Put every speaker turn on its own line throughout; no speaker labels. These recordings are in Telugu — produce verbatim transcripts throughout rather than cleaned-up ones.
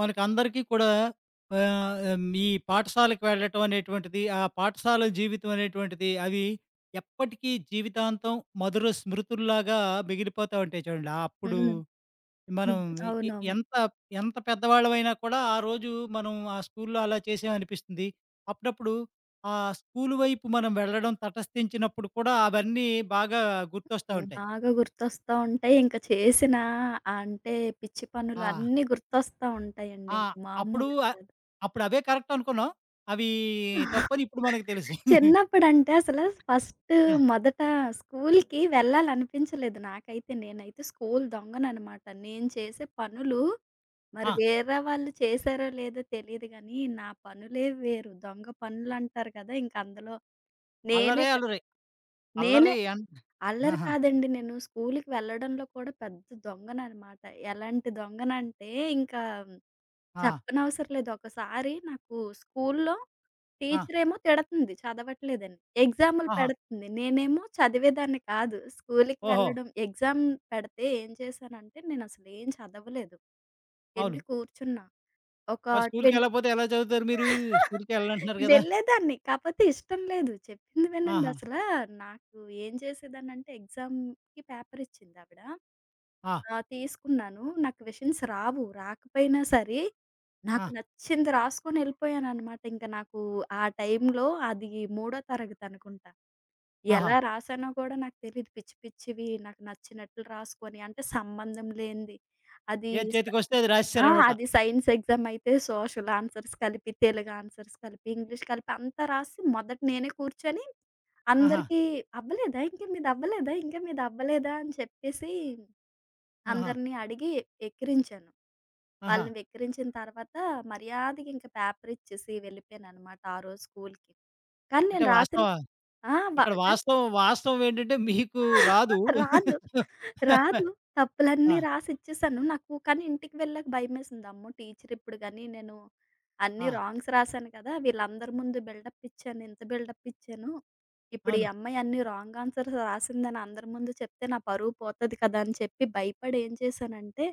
మనకందరికీ కూడా ఆహ్, హ్మ్, ఈ పాఠశాలకు వెళ్ళటం అనేటువంటిది, ఆ పాఠశాల జీవితం అనేటువంటిది అవి ఎప్పటికీ జీవితాంతం మధుర స్మృతుల్లాగా మిగిలిపోతా ఉంటాయి చూడండి. ఆ! అప్పుడు
హ్మ్.
మనం
హ్మ్.
ఎ ఎ
అవునవును.
ఎంత ఎంత పెద్దవాళ్ళమైనా కూడా ఆ రోజు మనం ఆ స్కూల్లో అలా చేసామనిపిస్తుంది. అప్పుడప్పుడు ఆ స్కూలు వైపు మనం వెళ్ళడం తటస్థించినప్పుడు కూడా అవన్నీ బాగా గుర్తొస్తా
హ్మ్.
ఉంటాయి.
బాగా గుర్తొస్తా ఉంటాయి. ఇంక చేసిన అంటే పిచ్చి పనులు
ఆ!
అన్నీ గుర్తొస్తా ఉంటాయండి.
ఆ!
ఇంక
అప్పుడు
మామూలుగా
ఆహ్,
కాదు.
అప్పుడవే కరెక్ట్ అనుకున్నాం. అవి తప్పని ఇప్పుడు మనకు తెలుసు.
చిన్నప్పుడంటే అసలు ఫస్ట్
యాహ్!
మొదట స్కూల్‌కి వెళ్ళాలనిపించలేదు నాకైతే. నేనైతే స్కూల్ దొంగననమాట. నేను చేసే పనులు మరి
ఆ!
వేరే వాళ్ళు చేశారో లేదో తెలీదు గానీ, నా పనులే వేరు. దొంగ పనులంటారు కదా! ఇంక అందులో నేనే
అల్లరే
పె
అల్లరి.
నేనే
అల్లరి అన్
అల్లరి
ఆహా!
కాదండి. నేను స్కూలుకి వెళ్ళడంలో కూడా పెద్ద దొంగననమాట. ఎలాంటి దొంగనంటే ఇంకా
ఆ!
చెప్పనవసరం లేదు. ఒకసారి నాకు స్కూలులో
ఆ!
టీచరేమో తిడుతుంది చదవట్లేదని. ఎగ్జాములు
ఆహా!
పెడుతుంది. నేనేమో చదివేదాన్ని కాదు. స్కూలుకి
ఓహో!
వెళ్ళడం ఎగ్జామ్ పెడితే ఏం చేశానంటే నేనసలేం చదవలేదు. ఎళ్లి
అవును.
కూర్చున్నా. ఒక
మరి
ట్వెన్
స్కూలుకెళ్ళకపోతే ఎలా చదువుతారు మీరు? స్కూలుకెళ్ళనంటున్నారు గదా!
వెళ్ళేదాన్ని. కాపోతే ఇష్టం లేదు. చెప్పింది వినండి
ఆహా!
అసలా నాకు ఏం చేసేదాన్నంటే ఎగ్జామ్‌కి పేపర్ ఇచ్చిందావిడ.
ఆ!
ఆహ్, తీసుకున్నాను. నాకు క్వెషన్స్ రావు. రాకపోయినా సరే నాకు
ఆ!
నచ్చింది రాసుకొని ఎళ్ళిపోయాననమాట. ఇంక నాకు ఆ టైంలో అది మూడో తరగతి అనుకుంటా.
ఆహా!
ఎలా రాసానో కూడా నాకు తెలీదు. పిచ్చి పిచ్చివి నాకు నచ్చినట్లు రాసుకొని అంటే సంబంధం లేనిది అది
ఏది చేతికొస్తే అది
ఆ!
రాసేసారనమాట.
అది సైన్స్ ఎగ్జామ్ అయితే సోషల్ ఆన్సర్స్ కలిపి, తెలుగు ఆన్సర్స్ కలిపి, ఇంగ్లీష్ కలిపి అంతా రాసి మొదట నేనే కూర్చొని
ఆహా!
అందరికీ "అవ్వలేదా? ఇంకా మీదవ్వలేదా? ఇంకా మీదవ్వలేదా?" అని చెప్పేసి
ఆహా!
అందరిని అడిగి ఎక్కిరించాను.
ఆహా!
వాళ్ళని వెక్కిరించిన తర్వాత మర్యాదగా ఇంక పేపర్ ఇచ్చేసి వెళ్ళిపోయాననమాట ఆ రోజు స్కూలుకి. కానీ
అంటే
నేను రాసిన
వాస్తవ
ఆ! వ
ఇక్కడ వాస్తవం వాస్తవం ఏంటంటే మీకు రాదు.
రాదు. రాదు.
ఆ!
తప్పులన్నీ రాసిచ్చేసాను. నాకు కానీ ఇంటికి వెళ్ళాక భయమేసింది. అమ్మో! టీచర్ ఇప్పుడు గాని నేను అన్నీ
ఆ!
రాంగ్స్ రాసాను కదా! వీళ్ళందరి ముందు బిల్డప్ ఇచ్చాను. ఇంత బిల్డప్ ఇచ్చాను. ఇప్పుడు ఈ
అవును.
అమ్మాయి అన్ని రాంగ్ ఆన్సర్స్ రాసిందని అందరి ముందు చెప్తే నా పరువు పోతది కదా! అని చెప్పి భయపడి ఏం చేశానంటే,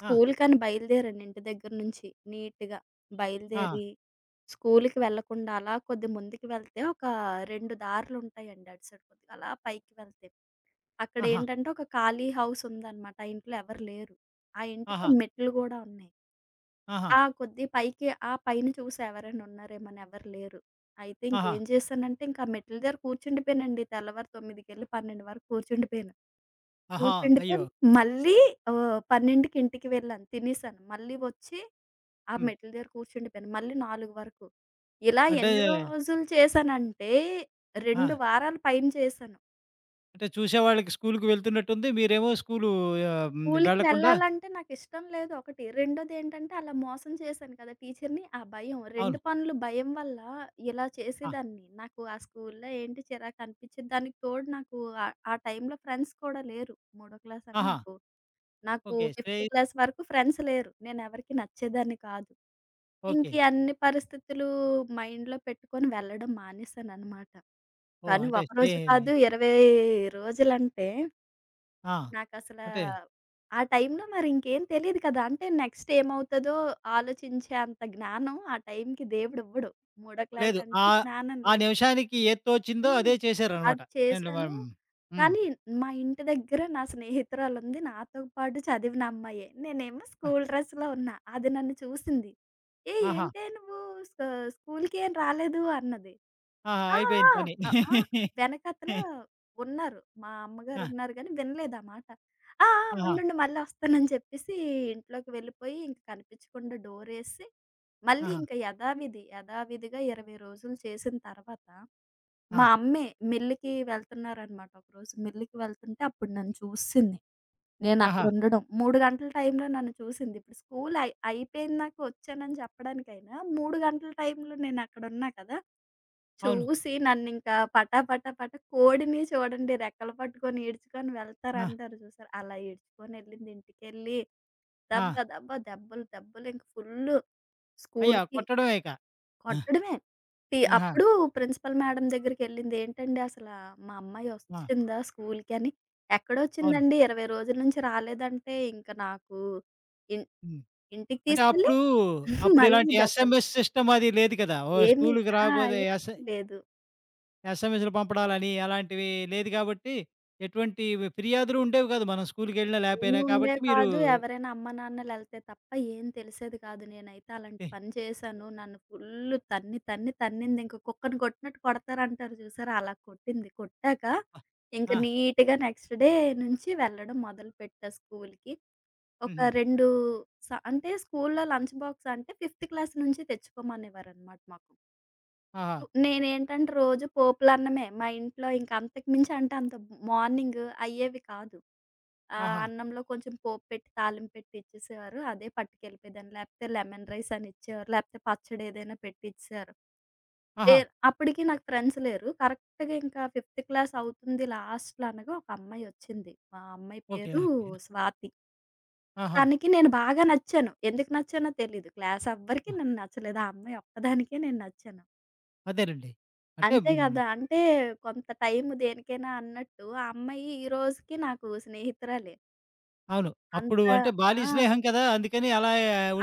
ఆ!
స్కూల్‌కని బయలుదేరాను ఇంటి దగ్గర నుంచి నీట్‌గా.
ఆ!
బయలుదేరి స్కూల్‌కి వెళ్ళకుండా అలా కొద్ది ముందుకు వెళ్తే ఒక రెండు దారులుంటాయండి అటు సైడ్ కొద్దిగా అలా పైకి వెళ్తే.
ఆహా!
అక్కడేంటంటే ఒక ఖాళీ హౌస్ ఉందన్నమాట. ఆ ఇంట్లో ఎవరు లేరు. ఆ ఇంటికి ఓ
ఆహా!
మెట్లు గూడా ఉన్నాయి.
ఆహా!
ఆ! కొద్ది పైకి ఆ పైన చూసి ఎవరైనా ఉన్నారేమో అని ఎవరు లేరు. అయితే
ఆహా!
ఇంకేం చేశానంటే ఇంకా మెట్ల దగ్గర కూర్చుండిపోయానండి. తెల్లవారు తొమ్మిదికెళ్ళి పన్నెండు వరకు కూర్చుండిపోయాను.
ఆహా!
కూర్చుండిపోయి
అయ్యో!
మళ్ళీ ఆహ్, పన్నెండుకి ఇంటికి వెళ్ళాను. తినేసాను. మళ్ళీ వచ్చి ఆ
హ్మ్.
మెట్ల దగ్గర కూర్చుండిపోయాను. మళ్ళీ నాలుగు వరకు. ఇలా
అంటే
ఎన్ని రోజులు చేశానంటే
ఆ!
రెండు వారాల పైన చేశాను.
అంటే చూసేవాళ్ళకి స్కూలుకి వెళ్తున్నట్టుంది. మీరేమో స్కూలు ఆహ్, హ్మ్.
స్కూలుకి
వెళ్ళకుండా
వెళ్ళాలంటే నాకిష్టం లేదు ఒకటి. రెండోదేంటంటే అలా మోసం చేశాను కదా టీచర్‌ని. ఆ భయం రెండు
అవును.
పనులు భయం వల్ల ఇలా
ఆ!
చేసేదాన్ని. నాకు ఆ స్కూల్లో ఏంటి చిరాకనిపిచ్చేది. దానికి తోడు నాకు ఆ ఆ టైంలో ఫ్రెండ్స్ కూడా లేరు. మూడో క్లాస్ అని
ఆహా!
నాకు నాకు
ఓకే.
ఫిఫ్త్
శ్రేయ
క్లాస్ వరకు ఫ్రెండ్స్ లేరు. నేనెవరికీ నచ్చేదాన్ని కాదు. ఇంక
ఓకే.
ఈ అన్ని పరిస్థితులు మైండ్‌లో పెట్టుకొని వెళ్ళడం మానేశాననమాట.
ఓహ్!
కానీ
అంటే శ్రే
ఒకరోజు కాదు ఇరవై రోజులంటే
ఆ!
నాకసలా
అంటే
ఆ టైంలో మరింకేం తెలీదు కదా! అంటే నెక్స్ట్ ఏమవుతదో ఆలోచించే అంత జ్ఞానం ఆ టైంకి దేవుడివ్వడు. మూడో
లేదు. ఆ
క్లాసంటే జ్ఞానం
ఆ
లేదు.
నిమిషానికి ఏది తోచిందో
హ్మ్.
అదే చేశారనమాట.
అది
ఏండి
చేశాను.
హ్మ్. హ్మ్.
కానీ మా ఇంటి దగ్గర నా స్నేహితురాలుంది. నాతో పాటు చదివిన అమ్మాయే. నేనేమో
ఆ!
స్కూల్ డ్రెస్‌లో ఉన్నా. అది నన్ను చూసింది. "ఏయ్!
ఆహా!
ఏంటే నువ్వు స్క స్కూలుకేం రాలేదు" అన్నది.
ఆహా!
ఆ!
అయిపోయింది పని.
ఆ! అ ఆ! వెనకాతల ఉన్నారు. మా
ఆ!
అమ్మగారున్నారు గానీ, వినలేదు ఆ మాట. ఆ! ఆ!
ఆహా!
ఉండుండు మళ్ళొస్తానని చెప్పేసి ఇంట్లోకి వెళ్ళిపోయి, ఇంక కనిపించకుండా డోరేసి, మళ్ళీ
ఆహా!
ఇంక యథావిధి, యథావిధిగా ఇరవై రోజులు చేసిన తర్వాత,
ఆ!
మా అమ్మే మిల్లుకి వెళ్తున్నారనమాట. ఒకరోజు మిల్లుకి వెళ్తుంటే అప్పుడు నన్ను చూసింది.
ఆహా!
నేనక్కడుండడం. మూడు గంటల టైంలో నన్ను చూసింది. ఇప్పుడు స్కూల్ అయి అయిపోయిందాక వచ్చానని చెప్పడానికైనా, మూడు గంటల టైంలో నేనక్కడున్నా కదా!
అవును.
చూసి నన్నింకా పటా పటా పటా కోడిని చూడండి రెక్కలు పట్టుకొని ఈడ్చుకొని
ఆ!
వెళ్తారంటారు చూసారా! అలా ఈడ్చుకొని ఎళ్ళింది ఇంటికెళ్ళి దెబ్బ
ఆ!
దెబ్బ దెబ్బలు దెబ్బలు ఇంక ఫుల్లు
అయ్యా!
స్కూల్‌కి
కొట్టడమే ఇక.
కొట్టడమే. తి
ఆహా!
అప్పుడు ప్రిన్సిపల్ మేడమ్ దగ్గరికెళ్ళింది. ఏంటండి అసలా మా అమ్మాయి
ఆ!
ఒచ్చిందా స్కూల్‌కి అని.
అవును.
ఎక్కడొచ్చిందండి ఇరవై రోజుల నుంచి రాలేదంటే ఇంక నాకు ఇన్
హ్మ్.
ఇంటికి
అంటే
తీసుకెళ్ళి
అప్పుడు,
మళ్ళీ
అప్పుడిలాంటి
దెబ్బలు.
ఎస్ఎంఎస్ సిస్టమ్ అది లేదు కదా! ఓ
ఏమి
స్కూలుకి
ఆ!
రాకపోతే
ఏమి
ఎస్
లేదు.
ఎస్ఎంఎస్‌లు పంపడాలని అలాంటివి లేదు కాబట్టి, ఎటువంటి ఫిర్యాదులు ఉండేవి కాదు. మనం స్కూలుకెళ్ళినా
ఏమి
లేకపోయినా కాబట్టి
ఉండేవి
మీరు
కాదు. ఎవరైనా అమ్మానాన్నలెళ్తే తప్ప ఏం తెలిసేది కాదు. నేనైతే అలాంటి
ఎ
పని చేశాను. నన్ను ఫుల్లు తన్ని, తన్ని తన్నిందింక కుక్కను కొట్టినట్టు కొడతారంటారు చూసారా? అలా కొట్టింది. కొట్టాక
ఆ!
ఇంక
ఆ!
నీట్‌గా నెక్స్ట్ డే నుంచి వెళ్ళడం మొదలుపెట్టా స్కూల్‌కి. ఒక
హుహు.
2 స అంటే స్కూల్‌లో లంచ్ బాక్స్ అంటే ఫిఫ్త్ క్లాస్ నుంచి తెచ్చుకోమనేవారనమాట మాకు.
ఆహా!
నేనేంటంటే రోజు పోపులన్నమే. మా ఇంట్లో ఇంక అంతకు మించి అంటే అంత మార్నింగ్ అయ్యేవి కాదు. ఆ!
ఆహా!
అన్నంలో కొంచెం పోపు పెట్టి, తాలింపు పెట్టి ఇచ్చేసేవారు. అదే పట్టుకెళ్ళిపోయేదాన్ని. లేకపోతే లెమన్ రైస్ అని ఇచ్చేవారు. లేకపోతే పచ్చడి ఏదైనా పెట్టి ఇచ్చేసారు. ఏ
ఆహా!
అప్పటికి నాకు ఫ్రెండ్స్ లేరు. కరెక్ట్‌గా ఇంకా ఫిఫ్త్ క్లాస్ అవుతుంది లాస్ట్‌లో అనగా ఒక అమ్మాయి వచ్చింది. ఆ అమ్మాయి
ఓకే.
పేరు
ఓకే.
స్వాతి.
ఆహా!
తనకి నేను బాగా నచ్చాను. ఎందుకు నచ్చానో తెలీదు. క్లాస్ ఎవ్వరికీ
ఆ!
నేను నచ్చలేదు. ఆ అమ్మాయి ఒక్కదానికే నేను నచ్చాను.
అదేనండి. అంటే
అంతే
హ్మ్.
కదా! అంటే కొంత టైం దేనికైనా అన్నట్టు ఆ అమ్మాయి ఈ రోజుకి నాకు స్నేహితురాలే.
అవును. అప్పుడు
అంత
అంటే
ఆ!
బాల్య స్నేహం కదా! అందుకని అలా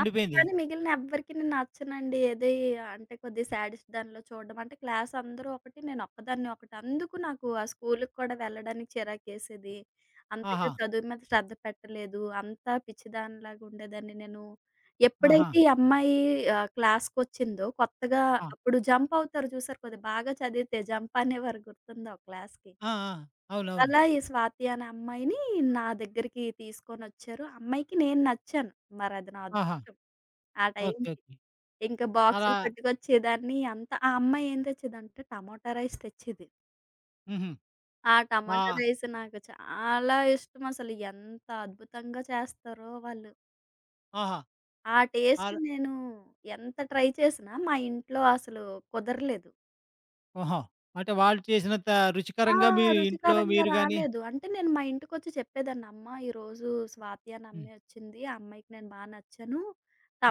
ఆ! కానీ మిగిలిన ఎవ్వరికి నేను నచ్చనండి. ఏది అంటే కొద్దిగా సాడిస్ట్ దానిలో చూడడం. అంటే క్లాస్ అందరూ ఒకటి, నేనొక్కదాన్ని ఒకటి. అందుకు నాకు ఆ స్కూలుకి కూడా వెళ్ళడానికి చిరాకేసేది. అంతగా
ఆహా!
చదువు మీద శ్రద్ధ పెట్టలేదు. అంతా పిచ్చిదానిలాగా ఉండేదాన్ని నేను.
ఆహా!
ఎప్పుడైతే ఈ అమ్మాయి ఆహ్, క్లాస్‌కొచ్చిందో కొత్తగా
ఆ!
అప్పుడు జంప్ అవుతారు చూసారు కొద్దిగా బాగా చదివితే జంప్ అనేవారు గుర్తుందా ఒక క్లాస్‌కి.
ఆ! ఆ! అవునవును.
అలా ఈ స్వాతి అనే అమ్మాయిని నా దగ్గరికి తీసుకొనొచ్చారు. అమ్మాయికి నేను నచ్చాను. మరది నా
ఆహా!
అదృష్టం. ఆ
ఓకే.
టైంకి.
ఓకే.
ఇంకా
అలా
బాక్సులు పట్టుకొచ్చేదాన్ని అంతా ఆ అమ్మాయి ఏం తెచ్చేదంటే టమాటా రైస్ తెచ్చేది.
హుహు.
ఆ టమాటా
ఆ!
రైస్ నాకు చాలా ఇష్టం అసలు. ఎంత అద్భుతంగా చేస్తారో వాళ్ళు.
ఆహా!
ఆ టేస్ట్
ఆల్
నేను ఎంత ట్రై చేసినా మా ఇంట్లో అసలు కుదరలేదు.
ఓహో! అంటే వాళ్ళు చేసినంత
ఆ!
రుచికరంగా మీరు ఇంట్లో
రుచికరంగా
మీరు గాని
రాలేదు. అంటే నేను మా ఇంటికొచ్చి చెప్పేదాన్ని, "అమ్మ ఈరోజు స్వాతి అనే
హ్మ్.
అమ్మాయి వచ్చింది. ఆ అమ్మాయికి నేను బా నచ్చాను.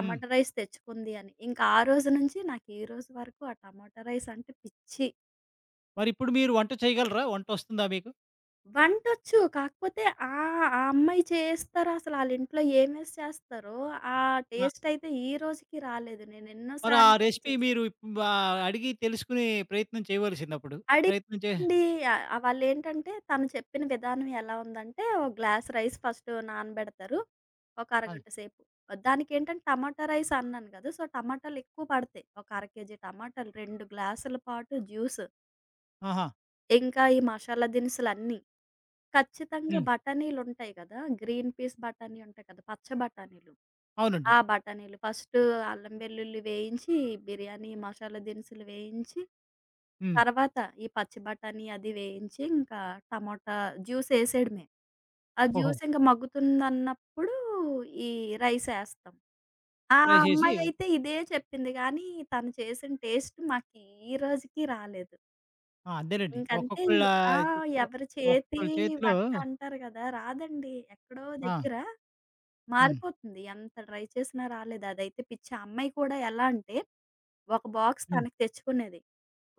హ్మ్.
రైస్ తెచ్చుకుంది" అని. ఇంకా ఆ రోజు నుంచి నాకు ఈ రోజు వరకు ఆ టమాటా రైస్ అంటే పిచ్చి.
మరిప్పుడు మీరు వంట చేయగలరా? వంటొస్తుందా మీకు?
వంటొచ్చు. కాకపోతే ఆహ్, ఆ అమ్మాయి చేస్తారో అసలు ఆళ్ళింట్లో ఏమేసి చేస్తారో, ఆ
ఆ!
టేస్టయితే ఈ రోజుకి రాలేదు. నేను ఎన్నో
మరి ఆ
సార్లు ట్రై
రెసిపీ
చేశాను.
మీరు ఇప్ ఆహ్, అడిగి తెలుసుకునే ప్రయత్నం చేయవలసిందప్పుడు. ప్రయత్నం చే
అడిగానండి. ఆహ్, వాళ్ళేంటంటే తను చెప్పిన విధానం ఎలా ఉందంటే, ఒక గ్లాస్ రైస్ ఫస్ట్ నానబెడతారు. ఒక
అవును.
అరగంట సేపు. దానికేంటంటే టమాటా రైస్ అన్నాను కదా! సో, టమాటాలెక్కువ పడతాయి. ఒక అర కేజీ టమాటాలు, రెండు గ్లాసుల పాటు జ్యూస్,
ఆహా!
ఇంకా ఈ మసాలా దినుసులన్నీ. ఖచ్చితంగా
హ్మ్.
బఠానీలుంటాయి గదా! గ్రీన్ పీస్ బఠానీ ఉంటాయి కదా! పచ్చ బఠానీలు.
అవునండి.
ఆ బఠానీలు ఫస్టు అల్లం, వెల్లుల్లి వేయించి, బిర్యానీ మసాలా దినుసులు వేయించి,
హ్మ్.
తర్వాత ఈ పచ్చి బఠానీ అది వేయించి, ఇంకా టమోటా జ్యూసేసేయడమే. ఆ
ఓహో!
జ్యూస్ ఇంక మగ్గుతుందన్నప్పుడు ఈ రైసేస్తాం. ఆ ఓహో!
ట్రై చేసి
అమ్మాయయితే ఇదే చెప్పింది గానీ, తను చేసిన టేస్ట్ మాకు ఈ రోజుకి రాలేదు.
ఆ! అదేనండి.
ఇంకంతే.
ఒక్కొక్కళ్ళ
ఆ!
జి ఒ
ఎవరి చేతి
ఒక్కొక్కళ్ళ చేతిలో
వంట అంటారు గదా! రాదండి. ఎక్కడో
ఆ!
దగ్గర
హ్మ్.
మారిపోతుంది. ఎంత ట్రై చేసినా రాలేదు. అదైతే పిచ్చి. ఆ అమ్మాయి కూడా ఎలా అంటే, ఒక బాక్స్
హ్మ్.
తనకి తెచ్చుకునేది.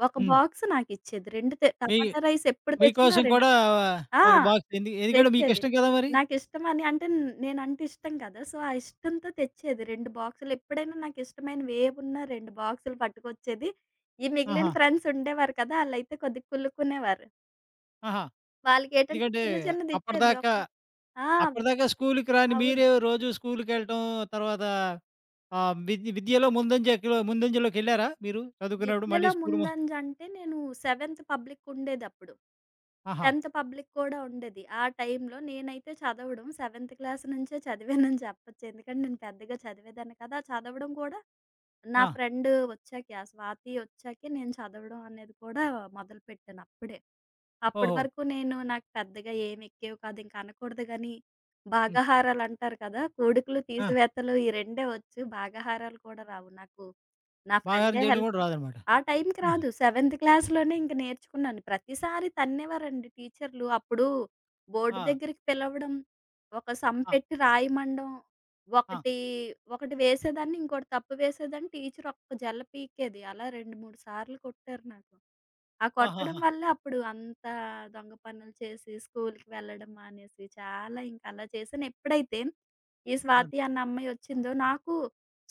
ఒక
హ్మ్.
బాక్స్ నాకిచ్చేది. రెండు తె
మీ
టమాటా రైస్ ఎప్పుడు తెచ్చినా
మీకోసం
2
కూడా
ఆ!
ఒక బాక్స్ ఎందు ఎందుకంటే
తెచ్చేది.
మీకిష్టం కదా మరి.
నాకిష్టమని అంటే న- నేనంటే ఇష్టం కదా! సో, ఆ ఇష్టంతో తెచ్చేది. రెండు బాక్సులు ఎప్పుడైనా నాకిష్టమైనవి ఏవున్నా రెండు బాక్సులు పట్టుకొచ్చేది. ఈ
ఆహా!
మిగిలిన ఫ్రెండ్స్ ఉండేవారు కదా! ఆళ్ళైతే కొద్దిగా కుళ్ళుకునేవారు.
ఆహా!
వాళ్ళకేంటంటే
ఎందుకంటే
చిన్న చిన్నదిచ్చేది. ఒక
అప్పటిదాకా
ఆ!
అప్పటిదాకా స్కూలుకి రాని
అవును.
మీరే రోజు స్కూలుకెళ్ళటం, తర్వాత ఆహ్, విద్ విద్యలో ముందంజకిలో ముందంజలోకెళ్లారా మీరు చదువుకున్నప్పుడు? మళ్ళీ
విద్యలో
స్కూలు మొ
ముందంజ అంటే నేను సెవెంత్ పబ్లిక్ ఉండేదప్పుడు.
ఆహా!
10థ్ పబ్లిక్ కూడా ఉండేది. ఆ టైంలో నేనైతే చదవడం సెవెంత్ క్లాస్ నుంచే చదివానని చెప్పొచ్చు. ఎందుకంటే నేను పెద్దగా చదివేదాన్ని కాదు. ఆ చదవడం కూడా నా
ఆ!
ఫ్రెండ్ వచ్చాకే, ఆ స్వాతి వచ్చాకే నేను చదవడం అనేది కూడా మొదలుపెట్టాను అప్పుడే. అప్పటి
ఓహో!
వరకు నేను నాకు పెద్దగా ఏమి ఎక్కేవి కాదు. ఇంక అనకూడదు గానీ,
హ్మ్.
భాగాహారాలు అంటారు కదా! కూడుకులు,
ఆ!
తీసివేతలు ఈ రెండే వచ్చు. భాగాహారాలు కూడా రావు. నాకు నా
మాగారం
ఫ్రెండే
చేయడం
హెల్ప్
గూడా రాదనమాట.
ఆ టైంకి
ఆహా!
రాదు. సెవెంత్ క్లాస్‌లోనే ఇంక నేర్చుకున్నాను. ప్రతిసారి తన్నేవారండి టీచర్లు. అప్పుడు బోర్డు
ఆ!
దగ్గరికి పిలవడం, ఒక సమ్
ఆ!
పెట్టి రాయమండం,
ఆ!
ఒకటి ఒకటి వేసేదాన్ని, ఇంకోటి తప్పు వేసేదాన్ని టీచర్ ఒక్క జల్ల పీకేది. అలా రెండు, మూడు సార్లు కొట్టారు నాకు. ఆ కొట్టడం
ఆహాహా!
వల్ల అప్పుడు అంత దొంగ పనులు చేసి స్కూల్‌కి వెళ్ళడం మానేసి, చాలా ఇంక అలా చేశాను. ఎప్పుడైతే ఈ
అవును.
స్వాతి అన్న అమ్మాయి వచ్చిందో, నాకు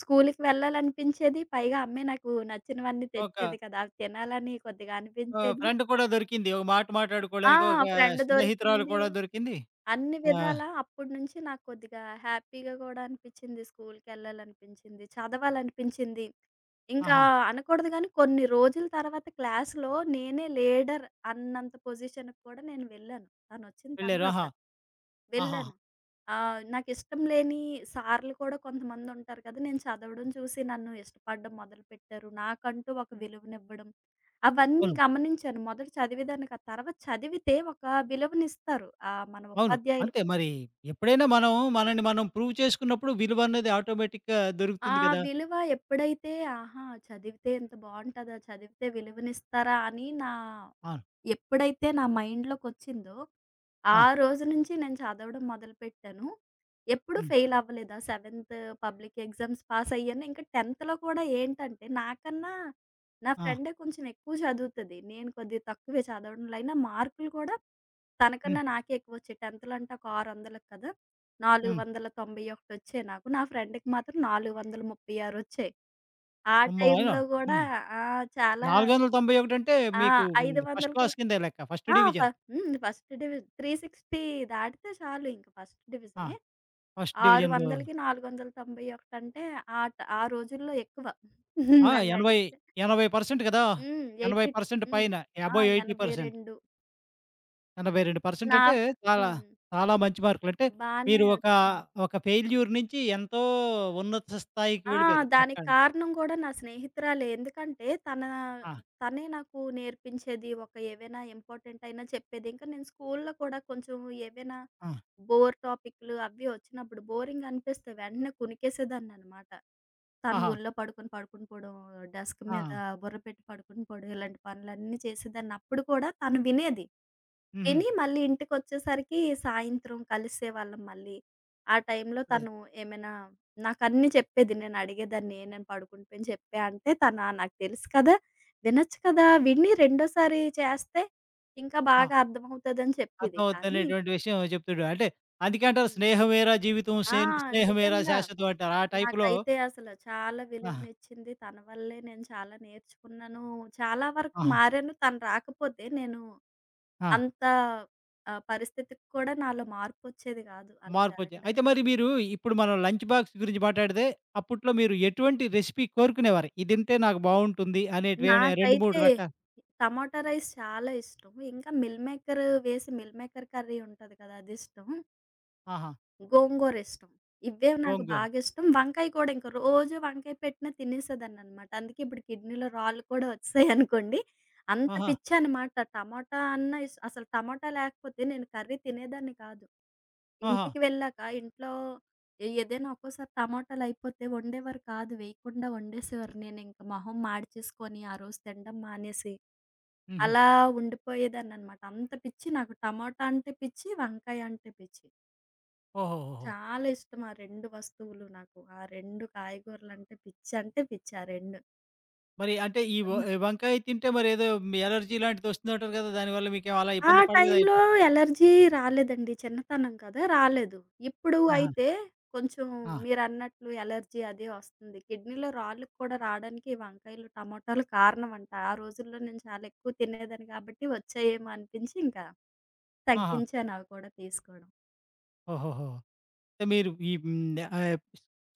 స్కూల్‌కి వెళ్ళాలనిపించేది. పైగా ఆ అమ్మాయి నాకు నచ్చినవన్నీ
ఒక
తెచ్చేది కదా! అవి తినాలని కొద్దిగా
ఆహ్,
అనిపించేది.
ఫ్రెండ్ కూడా దొరికింది. ఒక మాట
ఆ!
మాట్లాడుకోవడానికి ఒక
ఫ్రెండ్
స్నేహితురాలు
దొరికింది.
కూడా దొరికింది.
అన్ని
ఆహ్,
విధాలా అప్పటి నుంచి నాకు కొద్దిగా హ్యాపీగా గూడా అనిపిచ్చింది. స్కూలుకెళ్ళాలనిపించింది. చదవాలనిపించింది. ఇంకా
ఆహా!
అనకూడదు గానీ కొన్ని రోజుల తర్వాత క్లాస్‌లో నేనే లీడర్ అన్నంత పొజిషన్‌కి కూడా నేను వెళ్ళాను. తనొచ్చిన
వెళ్లారు.
తర్వాత.
ఆహా! ఆహాహా!
వెళ్ళాను. ఆహ్, నాకిష్టం లేని సార్లు కూడా కొంతమందుంటారు కదా! నేను చదవడం చూసి నన్ను ఇష్టపడడం మొదలుపెట్టారు. నాకంటూ ఒక విలువనివ్వడం. అవన్నీ
అవును.
గమనించాను. మొదట చదివేదాన్ని కాదు. తర్వాత చదివితే ఒక విలువనిస్తారు. ఆహ్, మన
అవును.
ఉపాధ్యాయులు
అంతే
కూడా.
మరి ఎప్పుడైనా మనం మనల్ని మనం ప్రూవ్ చేసుకున్నప్పుడు విలువన్నది ఆటోమేటిక్‌గా
ఆ
దొరుకుతుంది కదా!
విలువ ఎప్పుడైతే ఆహా! చదివితే ఇంత బావుంటదా? చదివితే విలువనిస్తారా? అని నా
అవును.
ఎప్పుడైతే నా మైండ్‌లోకొచ్చిందో,
ఆ!
ఆ రోజు నుంచి నేను చదవడం మొదలుపెట్టాను. ఎప్పుడు
హ్మ్.
ఫెయిల్ అవ్వలేదు. ఆ సెవెంత్ పబ్లిక్ ఎగ్జామ్స్ పాస్ అయ్యాను. ఇంకా 10థ్‌లో కూడా ఏంటంటే, నాకన్నా నా
ఆ!
ఫ్రెండే కొంచెం ఎక్కువ చదువుతది. నేను కొద్దిగా తక్కువే చదవడంలో అయినా మార్కులు కూడా
హ్మ్.
తనకన్నా నాకే ఎక్కువొచ్చాయి. టెన్త్ అంటే ఒక ఆరు వందలకి కదా!
హ్మ్.
నాలుగు వందల తొంభై ఒకటి నాకు. నా ఫ్రెండ్‌కి మాత్రం నాలుగు వందల ముప్పై ఆరు వచ్చాయి. ఆ
అమ్మో! ఆయన
టైంలో గూడా
హ్మ్.
ఆ! చాలా
నాలుగు వందల తొంభై ఒకటి అంటే
ఆ!
మీకు హ్మ్. ఫస్ట్
ఐదు వందలకు
క్లాస్ కిందే లెక్క. ఫస్ట్
ఆ! ఫ
డివిజన్.
హ్మ్. ఫస్ట్ డివిజన్ మూడు వందల అరవై దాటితే చాలు ఇంక ఫస్ట్
ఆ!
డివిజనే.
ఫస్ట్ డివిజన్‌లో
ఆరు వందలకి నాలుగు వందల తొంభై ఒకటి అంటే ఆ ట ఆ రోజుల్లో ఎక్కువ.
ఆ! ఎనభై,
నన్నడిగితే.
ఎనభై శాతం కదా!
హ్మ్. ఎనభై రెండు
ఎనభై శాతం
హ్మ్.
పైన
ఆ!
అబోవ్ ఎనభై శాతం
ఎనభై రెండు
ఎనభై రెండు శాతం
నా
అంటే చాలా,
హ్మ్.
చాలా మంచి మార్కులు. అంటే
బానే
మీరు ఒక,
వచ్చింది.
ఒక ఫెయిల్యూర్ నుంచి ఎంతో ఉన్నత స్థాయికి
ఆ!
వెళ్ళిపోయారు.
దానికి
అక్కడ
కారణం గూడా నా స్నేహితురాలే. ఎందుకంటే తన
ఆ!
తనే నాకు నేర్పించేది. ఒక ఏవైనా ఇంపార్టెంట్ అయినా చెప్పేది. ఇంకా నేను స్కూల్లో కూడా కొంచెం ఏవైనా
ఆ!
బోర్ టాపిక్‌లు అవి వచ్చినప్పుడు బోరింగ్ అనిపిస్తే వెంటనే కునికేసేదాన్ననమాట. తను
ఆహా!
ఒళ్ళో పడుకొని పడుకొని పోవడం, డెస్క్
ఆ!
మీద బుర్ర పెట్టి పడుకొని పోవడం ఇలాంటి పనులన్నీ చేసేదాన్ని. అప్పుడు కూడా తను వినేది.
హుహు.
తిని మళ్ళీ ఇంటికొచ్చేసరికి సాయంత్రం కలిసేవాళ్ళం మళ్ళీ. ఆ టైంలో
అదే.
తను ఏమైనా నాకన్నీ చెప్పేది. నేను అడిగేదాన్ని, "ఏ, "నేను పడుకుండిపోయిన చెప్పా" అంటే, తను "ఆ! నాకు తెలుసు కదా! వినొచ్చు కదా! విని రెండోసారి చేస్తే ఇంకా
ఆ!
బాగా అర్థమవుతదని" చెప్పేది. కానీ
అర్థమవుద్దనేటువంటి విషయం చెప్తుడు. అంటే అందుకంటారు
హ్మ్.
స్నేహమేరా జీవితం
ఆ!
సేన్ స్నేహమేరా
నిజంగా.
శాశ్వతం అంటారు. ఆ టైప్‌లో
నాకైతే అసలు చాలా
ఆహా!
విలువనిచ్చింది. తన వల్లే నేను చాలా నేర్చుకున్నాను. చాలా వరకు
ఆహా!
మారాను. తను రాకపోతే నేను
ఆ!
అంత ఆహ్, పరిస్థితికి కూడా నాలో మార్పొచ్చేది గాదు అలా
మార్పొచ్చాయి.
జరగడం.
అయితే మరి మీరు ఇప్పుడు మనం లంచ్ బాక్స్ గురించి మాట్లాడితే అప్పట్లో మీరు ఎటువంటి రెసిపీ కోరుకునేవారు? ఇది తింటే నాకు బావుంటుంది అనేటివేమైనా రెండు, మూడు
నాకైతే
రకాలు
టమాటా రైస్ చాలా ఇష్టం. ఇంకా మిల్ మేకర్ వేసి మిల్ మేకర్ కర్రీ ఉంటది కదా! అదిష్టం.
ఆహా!
గోంగూర ఇష్టం. ఇవే నాకు
గోంగూర.
బాగిష్టం. వంకాయ కూడా ఇంక రోజు వంకాయ పెట్టినా తినేసేదాన్ననమాట. అందుకే ఇప్పుడు కిడ్నీలో రాళ్ళు కూడా వచ్చాయనుకోండి. అంత
ఆహా!
పిచ్చనమాట. టమాటా అన్నా ఇష్ అసలు టమాటా లేకపోతే నేను కర్రీ తినేదాన్ని కాదు.
ఆహా!
ఇంటికి వెళ్ళాక ఇంట్లో ఏ ఏదైనా ఒక్కోసారి టమాటాలయిపోతే వండేవారు కాదు. వేయకుండా వండేసేవారు. నేనింక మొహం మాడిచేసుకొని ఆ రోజు తినడం మానేసి,
హుహు.
అలా ఉండిపోయేదాన్ననమాట. అంత పిచ్చి నాకు టమాటా అంటే పిచ్చి, వంకాయ అంటే పిచ్చి.
ఓహోహోహో!
చాలా ఇష్టం ఆ రెండు వస్తువులు నాకు. ఆ రెండు కాయగూరలంటే పిచ్చి అంటే పిచ్చి ఆ రెండు.
మరి అంటే ఈ వ ఈ వంకాయ తింటే మరేదో ఎలర్జీ లాంటిదొస్తుందంటారు కదా! దానివల్ల మీకేం అలా
ఆ
ఇబ్బంది పడలేదా
టైంలో
ఎప్పుడు?
ఎలర్జీ రాలేదండి. చిన్నతనం కదా! రాలేదు. ఇప్పుడు
ఆహా!
అయితే కొంచెం
ఆ!
మీరన్నట్లు ఎలర్జీ అది వస్తుంది. కిడ్నీలో రాళ్ళకి కూడా రావడానికి ఈ వంకాయలు, టమాటాలు కారణమంట. ఆ రోజుల్లో నేను చాలా ఎక్కువ తినేదాన్ని కాబట్టి వచ్చాయేమో అనిపించి ఇంకా
ఆహా!
తగ్గించాను అవి కూడా తీసుకోవడం.
ఓహోహో! అంటే మీరు ఈ హ్మ్. ఆహ్,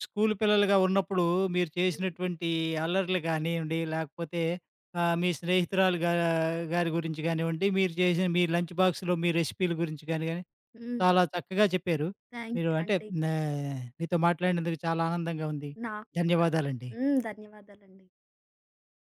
స్కూలు పిల్లలుగా ఉన్నప్పుడు మీరు
హ్మ్.
చేసినటువంటి అల్లర్లు గానియండి, లేకపోతే ఆహ్, మీ స్నేహితురాలు గా గారి గురించి గానివ్వండి, మీరు చేసిన మీ లంచ్ బాక్స్‌లో మీ రెసిపీల గురించి గాని గాని
హ్మ్.
చాలా చక్కగా చెప్పారు.
థాంక్
మీరు
యూ
అంటే
అండి.
నే మీతో మాట్లాడినందుకు చాలా ఆనందంగా ఉంది.
నాకు కూడా.
ధన్యవాదాలండి.
హ్మ్. ధన్యవాదాలండి.